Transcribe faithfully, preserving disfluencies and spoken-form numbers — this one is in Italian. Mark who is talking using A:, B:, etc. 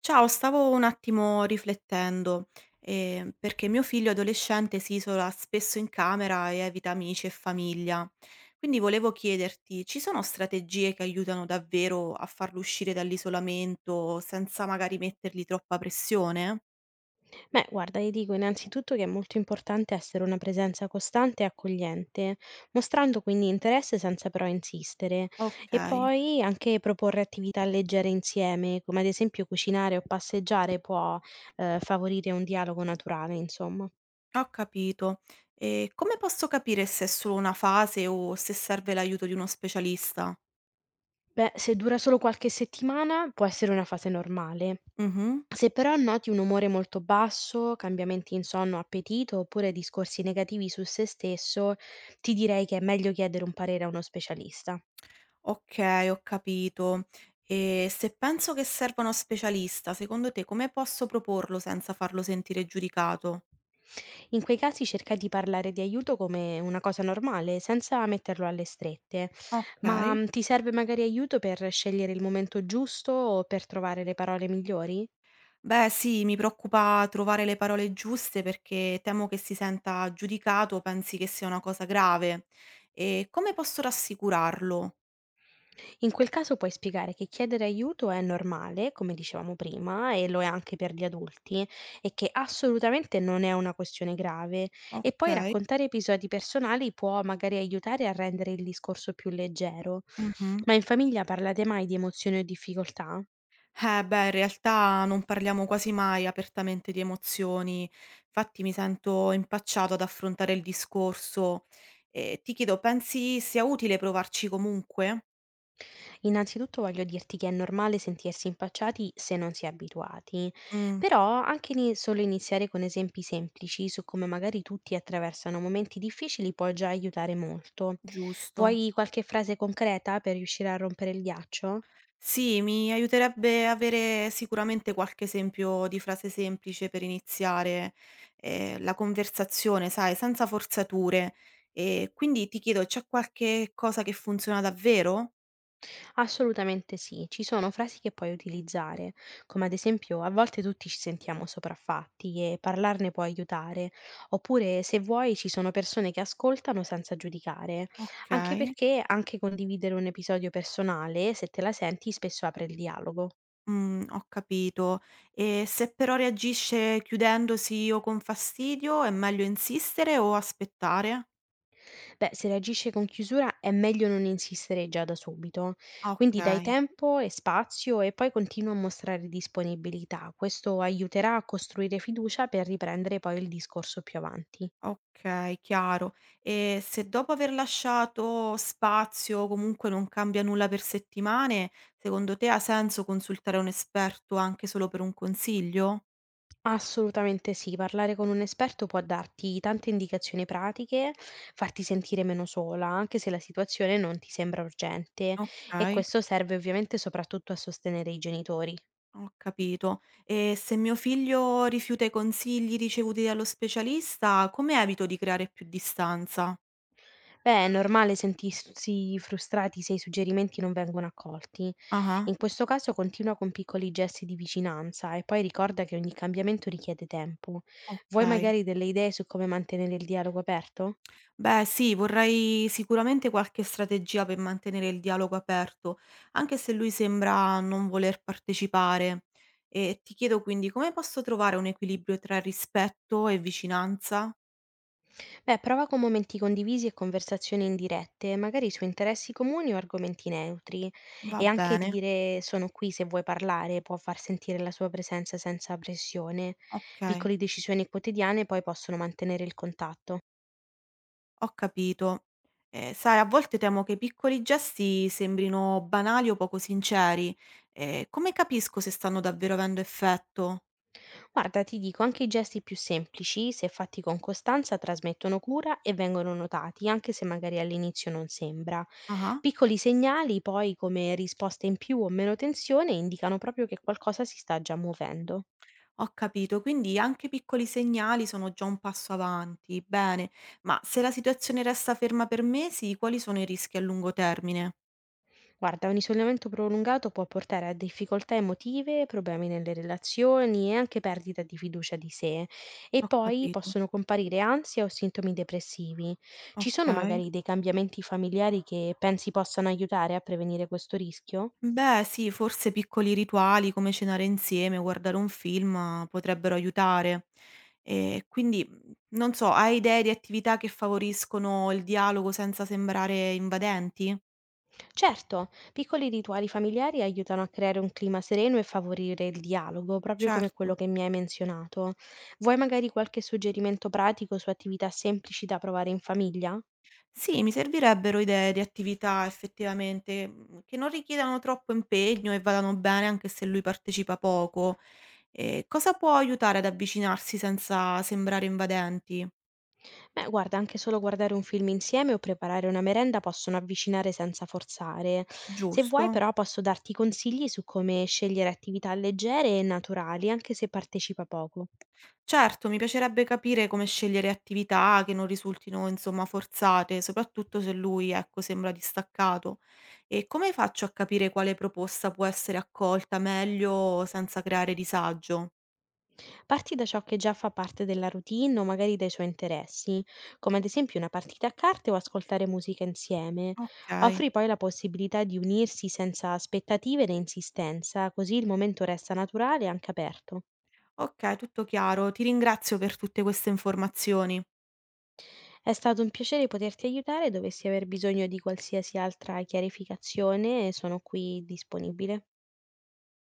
A: Ciao, stavo un attimo riflettendo, ehm, perché mio figlio adolescente si isola spesso in camera e evita amici e famiglia. Quindi volevo chiederti, ci sono strategie che aiutano davvero a farlo uscire dall'isolamento senza magari mettergli troppa pressione?
B: Beh, guarda, io dico innanzitutto che è molto importante essere una presenza costante e accogliente, mostrando quindi interesse senza però insistere.
A: Ok,
B: E poi anche proporre attività leggere insieme, come ad esempio cucinare o passeggiare, può eh, favorire un dialogo naturale, insomma.
A: ho capito. E come posso capire se è solo una fase o se serve l'aiuto di uno specialista?
B: Beh, se dura solo qualche settimana, può essere una fase normale.
A: Mhm.
B: Se però noti un umore molto basso, cambiamenti in sonno, appetito oppure discorsi negativi su se stesso, ti direi che è meglio chiedere un parere a uno specialista.
A: Okay, ho capito. E se penso che serva uno specialista, secondo te come posso proporlo senza farlo sentire giudicato?
B: In quei casi cerca di parlare di aiuto come una cosa normale, senza metterlo alle strette. Ma
A: Okay.
B: mm, ti serve magari aiuto per scegliere il momento giusto o per trovare le parole migliori?
A: Beh, sì, mi preoccupa trovare le parole giuste perché temo che si senta giudicato o pensi che sia una cosa grave. E come posso rassicurarlo?
B: In quel caso puoi spiegare che chiedere aiuto è normale, come dicevamo prima, e lo è anche per gli adulti, e che assolutamente non è una questione grave. E poi
A: Okay.
B: raccontare episodi personali può magari aiutare a rendere il discorso più leggero.
A: Mh-mh.
B: Ma in famiglia parlate mai di emozioni o difficoltà?
A: Eh beh, in realtà non parliamo quasi mai apertamente di emozioni, infatti mi sento impacciato ad affrontare il discorso. E ti chiedo, pensi sia utile provarci comunque?
B: Innanzitutto voglio dirti che è normale sentirsi impacciati se non si è abituati,
A: Mh,
B: però anche ni- solo iniziare con esempi semplici su come magari tutti attraversano momenti difficili può già aiutare molto.
A: giusto.
B: Vuoi qualche frase concreta per riuscire a rompere il ghiaccio?
A: Sì, mi aiuterebbe avere sicuramente qualche esempio di frase semplice per iniziare, ehm, la conversazione, sai, senza forzature. E quindi ti chiedo, c'è qualche cosa che funziona davvero?
B: Assolutamente sì, ci sono frasi che puoi utilizzare, come ad esempio a volte tutti ci sentiamo sopraffatti e parlarne può aiutare, oppure se vuoi ci sono persone che ascoltano senza giudicare, anche
A: Okay.
B: perché anche condividere un episodio personale, se te la senti, spesso apre il dialogo.
A: Mhmm, ho capito. E se però reagisce chiudendosi o con fastidio, è meglio insistere o aspettare?
B: Beh, se reagisce con chiusura è meglio non insistere già da subito.
A: Ah,
B: Quindi dai
A: okay,
B: tempo e spazio e poi continua a mostrare disponibilità. Questo aiuterà a costruire fiducia per riprendere poi il discorso più avanti.
A: okay, chiaro. E se dopo aver lasciato spazio o comunque non cambia nulla per settimane, secondo te ha senso consultare un esperto anche solo per un consiglio?
B: Assolutamente sì, parlare con un esperto può darti tante indicazioni pratiche, farti sentire meno sola, anche se la situazione non ti sembra urgente e
A: Okay,
B: questo serve ovviamente soprattutto a sostenere i genitori.
A: ho capito. E se mio figlio rifiuta i consigli ricevuti dallo specialista, come evito di creare più distanza?
B: Beh, è normale sentirsi frustrati se i suggerimenti non vengono accolti.
A: Ah-ah.
B: In questo caso continua con piccoli gesti di vicinanza e poi ricorda che ogni cambiamento richiede tempo. Vuoi
A: Okay.
B: magari delle idee su come mantenere il dialogo aperto?
A: Beh, sì, vorrei sicuramente qualche strategia per mantenere il dialogo aperto, anche se lui sembra non voler partecipare. E ti chiedo quindi come posso trovare un equilibrio tra rispetto e vicinanza?
B: Beh, prova con momenti condivisi e conversazioni indirette, magari su interessi comuni o argomenti neutri.
A: Va
B: E anche
A: bene,
B: dire sono qui se vuoi parlare può far sentire la sua presenza senza pressione.
A: okay,
B: Piccole decisioni quotidiane poi possono mantenere il contatto.
A: ho capito. Ehm, sai, a volte temo che i piccoli gesti sembrino banali o poco sinceri. Ehm, come capisco se stanno davvero avendo effetto?
B: Guarda, ti dico, anche i gesti più semplici, se fatti con costanza, trasmettono cura e vengono notati, anche se magari all'inizio non sembra.
A: Ah-ah.
B: Piccoli segnali, poi, come risposte in più o meno tensione, indicano proprio che qualcosa si sta già muovendo.
A: Ho capito, quindi anche piccoli segnali sono già un passo avanti. Bene, ma se la situazione resta ferma per mesi, quali sono i rischi a lungo termine?
B: Guarda, un isolamento prolungato può portare a difficoltà emotive, problemi nelle relazioni e anche perdita di fiducia di sé e
A: Ho
B: poi
A: capito.
B: possono comparire ansia o sintomi depressivi. Ci
A: Ok.
B: sono magari dei cambiamenti familiari che pensi possano aiutare a prevenire questo rischio?
A: Beh, sì, forse piccoli rituali come cenare insieme o guardare un film eh, potrebbero aiutare. E quindi, mh, non so, hai idee di attività che favoriscono il dialogo senza sembrare invadenti?
B: Certo, piccoli rituali familiari aiutano a creare un clima sereno e favorire il dialogo, proprio come
A: Certo.
B: quello che mi hai menzionato. Vuoi magari qualche suggerimento pratico su attività semplici da provare in famiglia?
A: Sì, mi servirebbero idee di attività effettivamente, mhmm, che non richiedano troppo impegno e vadano bene anche se lui partecipa poco. Ehm, cosa può aiutare ad avvicinarsi senza sembrare invadenti?
B: Beh, guarda, anche solo guardare un film insieme o preparare una merenda possono avvicinare senza forzare. Se vuoi,
A: Giusto?
B: però, posso darti consigli su come scegliere attività leggere e naturali, anche se partecipa poco.
A: Certo, mi piacerebbe capire come scegliere attività che non risultino, insomma, forzate, soprattutto se lui, ecco, sembra distaccato. E come faccio a capire quale proposta può essere accolta meglio senza creare disagio?
B: Parti da ciò che già fa parte della routine o magari dai suoi interessi, come ad esempio una partita a carte o ascoltare musica insieme.
A: Okay.
B: Offri poi la possibilità di unirsi senza aspettative né insistenza, così il momento resta naturale e anche aperto.
A: Okay, tutto chiaro. Ti ringrazio per tutte queste informazioni.
B: È stato un piacere poterti aiutare, dovessi aver bisogno di qualsiasi altra chiarificazione sono qui disponibile.